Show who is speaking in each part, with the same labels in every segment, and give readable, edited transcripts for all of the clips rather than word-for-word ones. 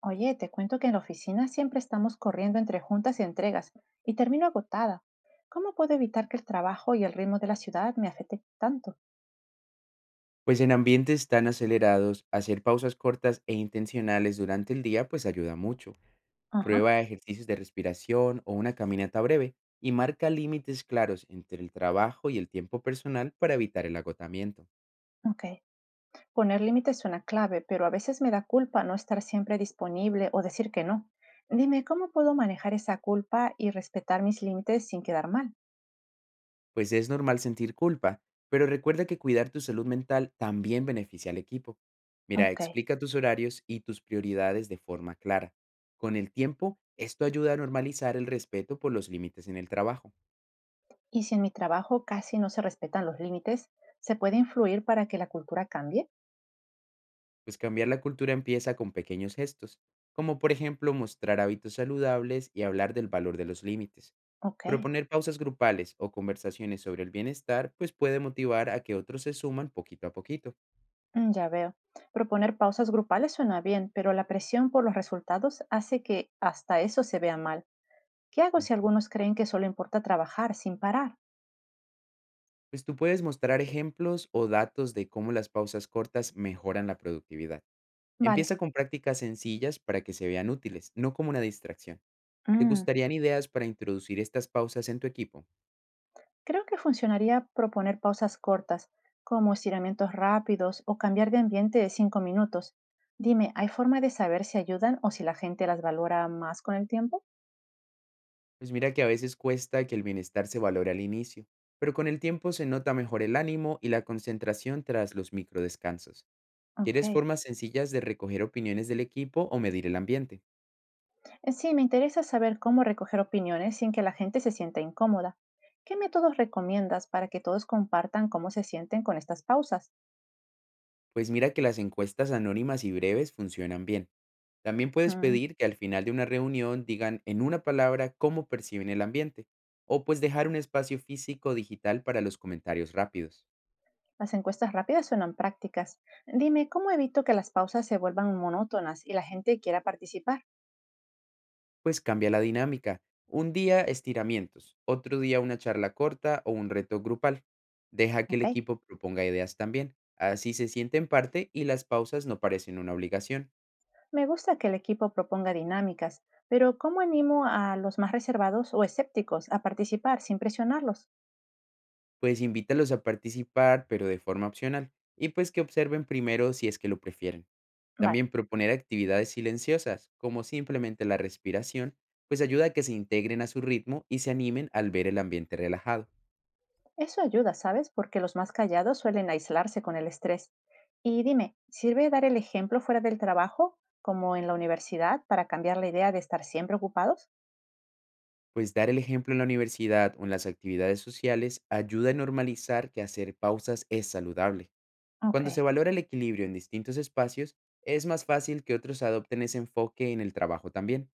Speaker 1: Oye, te cuento que en la oficina siempre estamos corriendo entre juntas y entregas y termino agotada. ¿Cómo puedo evitar que el trabajo y el ritmo de la ciudad me afecte tanto?
Speaker 2: Pues en ambientes tan acelerados, hacer pausas cortas e intencionales durante el día pues ayuda mucho.
Speaker 1: Ajá,
Speaker 2: Prueba ejercicios de respiración o una caminata breve y marca límites claros entre el trabajo y el tiempo personal para evitar el agotamiento.
Speaker 1: ok. Poner límites suena clave, pero a veces me da culpa no estar siempre disponible o decir que no. Dime, ¿cómo puedo manejar esa culpa y respetar mis límites sin quedar mal?
Speaker 2: Pues es normal sentir culpa, pero recuerda que cuidar tu salud mental también beneficia al equipo. Mira,
Speaker 1: Ok.
Speaker 2: explica tus horarios y tus prioridades de forma clara. Con el tiempo, esto ayuda a normalizar el respeto por los límites en el trabajo.
Speaker 1: ¿Y si en mi trabajo casi no se respetan los límites, se puede influir para que la cultura cambie?
Speaker 2: Pues cambiar la cultura empieza con pequeños gestos, como por ejemplo mostrar hábitos saludables y hablar del valor de los límites.
Speaker 1: Ok.
Speaker 2: Proponer pausas grupales o conversaciones sobre el bienestar pues puede motivar a que otros se suman poquito a poquito.
Speaker 1: Mm, ya veo. Proponer pausas grupales suena bien, pero la presión por los resultados hace que hasta eso se vea mal. ¿Qué hago si
Speaker 2: Ujú.
Speaker 1: algunos creen que solo importa trabajar sin parar?
Speaker 2: Pues tú puedes mostrar ejemplos o datos de cómo las pausas cortas mejoran la productividad.
Speaker 1: Vale.
Speaker 2: Empieza con prácticas sencillas para que se vean útiles, no como una distracción. ¿Te
Speaker 1: Mm,
Speaker 2: gustarían ideas para introducir estas pausas en tu equipo?
Speaker 1: Creo que funcionaría proponer pausas cortas, como estiramientos rápidos o cambiar de ambiente de cinco minutos. Dime, ¿hay forma de saber si ayudan o si la gente las valora más con el tiempo?
Speaker 2: Pues mira que a veces cuesta que el bienestar se valore al inicio, pero con el tiempo se nota mejor el ánimo y la concentración tras los microdescansos.
Speaker 1: Ok.
Speaker 2: ¿Quieres formas sencillas de recoger opiniones del equipo o medir el ambiente?
Speaker 1: Sí, me interesa saber cómo recoger opiniones sin que la gente se sienta incómoda. ¿Qué métodos recomiendas para que todos compartan cómo se sienten con estas pausas?
Speaker 2: Pues mira que las encuestas anónimas y breves funcionan bien. También puedes
Speaker 1: Mm,
Speaker 2: pedir que al final de una reunión digan en una palabra cómo perciben el ambiente, o pues dejar un espacio físico o digital para los comentarios rápidos.
Speaker 1: las encuestas rápidas suenan prácticas. Dime, ¿cómo evito que las pausas se vuelvan monótonas y la gente quiera participar?
Speaker 2: Pues cambia la dinámica. Un día estiramientos, otro día una charla corta o un reto grupal. Deja que el
Speaker 1: Ok.
Speaker 2: equipo proponga ideas también. Así se sienten parte y las pausas no parecen una obligación.
Speaker 1: Me gusta que el equipo proponga dinámicas, pero ¿cómo animo a los más reservados o escépticos a participar sin presionarlos?
Speaker 2: Pues invítalos a participar, pero de forma opcional. Y pues que observen primero si es que lo prefieren.
Speaker 1: Vale.
Speaker 2: También proponer actividades silenciosas, como simplemente la respiración, pues ayuda a que se integren a su ritmo y se animen al ver el ambiente relajado.
Speaker 1: Eso ayuda, ¿sabes? Porque los más callados suelen aislarse con el estrés. Y dime, ¿sirve dar el ejemplo fuera del trabajo, como en la universidad, para cambiar la idea de estar siempre ocupados?
Speaker 2: Pues dar el ejemplo en la universidad o en las actividades sociales ayuda a normalizar que hacer pausas es saludable.
Speaker 1: Ok,
Speaker 2: Cuando se valora el equilibrio en distintos espacios, es más fácil que otros adopten ese enfoque en el trabajo también.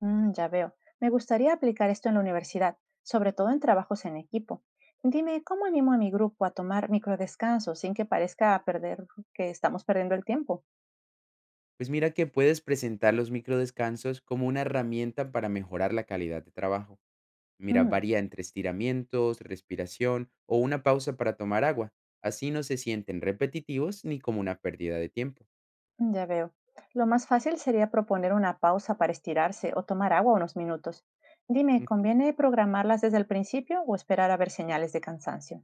Speaker 1: ya veo. Me gustaría aplicar esto en la universidad, sobre todo en trabajos en equipo. Dime, ¿cómo animo a mi grupo a tomar microdescansos sin que parezca perder, que estamos perdiendo el tiempo?
Speaker 2: Pues mira que puedes presentar los microdescansos como una herramienta para mejorar la calidad de trabajo. Mira,
Speaker 1: Mm.
Speaker 2: varía entre estiramientos, respiración o una pausa para tomar agua. Así no se sienten repetitivos ni como una pérdida de tiempo.
Speaker 1: Ya veo. Lo más fácil sería proponer una pausa para estirarse o tomar agua unos minutos. Dime, ¿conviene programarlas desde el principio o esperar a ver señales de cansancio?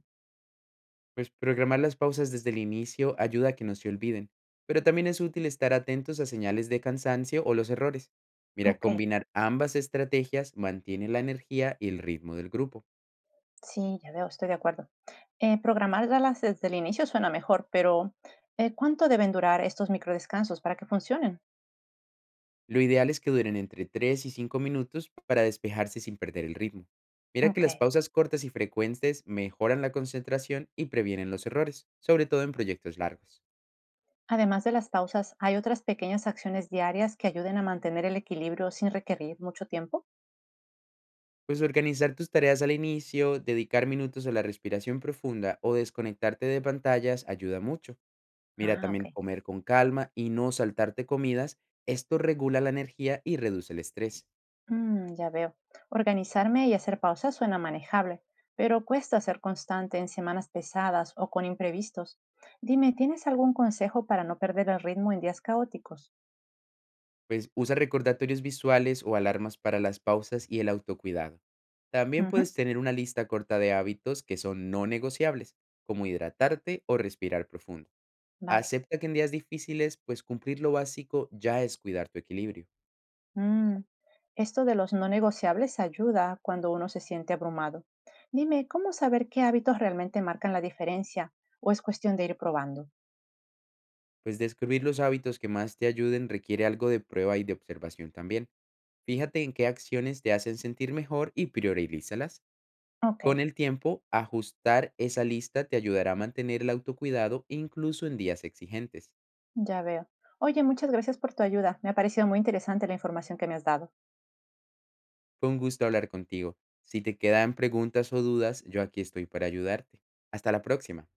Speaker 2: Pues programar las pausas desde el inicio ayuda a que no se olviden, pero también es útil estar atentos a señales de cansancio o los errores. Mira,
Speaker 1: Ok,
Speaker 2: combinar ambas estrategias mantiene la energía y el ritmo del grupo.
Speaker 1: sí, ya veo, estoy de acuerdo. Programarlas desde el inicio suena mejor, pero ¿cuánto deben durar estos microdescansos para que funcionen?
Speaker 2: Lo ideal es que duren entre 3 y 5 minutos para despejarse sin perder el ritmo. Mira que
Speaker 1: Ok.
Speaker 2: las pausas cortas y frecuentes mejoran la concentración y previenen los errores, sobre todo en proyectos largos.
Speaker 1: Además de las pausas, ¿hay otras pequeñas acciones diarias que ayuden a mantener el equilibrio sin requerir mucho tiempo?
Speaker 2: Pues organizar tus tareas al inicio, dedicar minutos a la respiración profunda o desconectarte de pantallas ayuda mucho. Mira,
Speaker 1: Ah,
Speaker 2: también
Speaker 1: ok.
Speaker 2: comer con calma y no saltarte comidas, esto regula la energía y reduce el estrés.
Speaker 1: Mm, ya veo. Organizarme y hacer pausas suena manejable, pero cuesta ser constante en semanas pesadas o con imprevistos. Dime, ¿tienes algún consejo para no perder el ritmo en días caóticos?
Speaker 2: Pues usa recordatorios visuales o alarmas para las pausas y el autocuidado. También
Speaker 1: Ujú,
Speaker 2: puedes tener una lista corta de hábitos que son no negociables, como hidratarte o respirar profundo.
Speaker 1: vale.
Speaker 2: Acepta que en días difíciles, pues cumplir lo básico ya es cuidar tu equilibrio.
Speaker 1: Mm, Esto de los no negociables ayuda cuando uno se siente abrumado. Dime, ¿cómo saber qué hábitos realmente marcan la diferencia o es cuestión de ir probando?
Speaker 2: Pues descubrir los hábitos que más te ayuden requiere algo de prueba y de observación también. Fíjate en qué acciones te hacen sentir mejor y priorízalas.
Speaker 1: Ok,
Speaker 2: Con el tiempo, ajustar esa lista te ayudará a mantener el autocuidado incluso en días exigentes.
Speaker 1: ya veo. Oye, muchas gracias por tu ayuda. Me ha parecido muy interesante la información que me has dado.
Speaker 2: Fue un gusto hablar contigo. Si te quedan preguntas o dudas, yo aquí estoy para ayudarte. Hasta la próxima.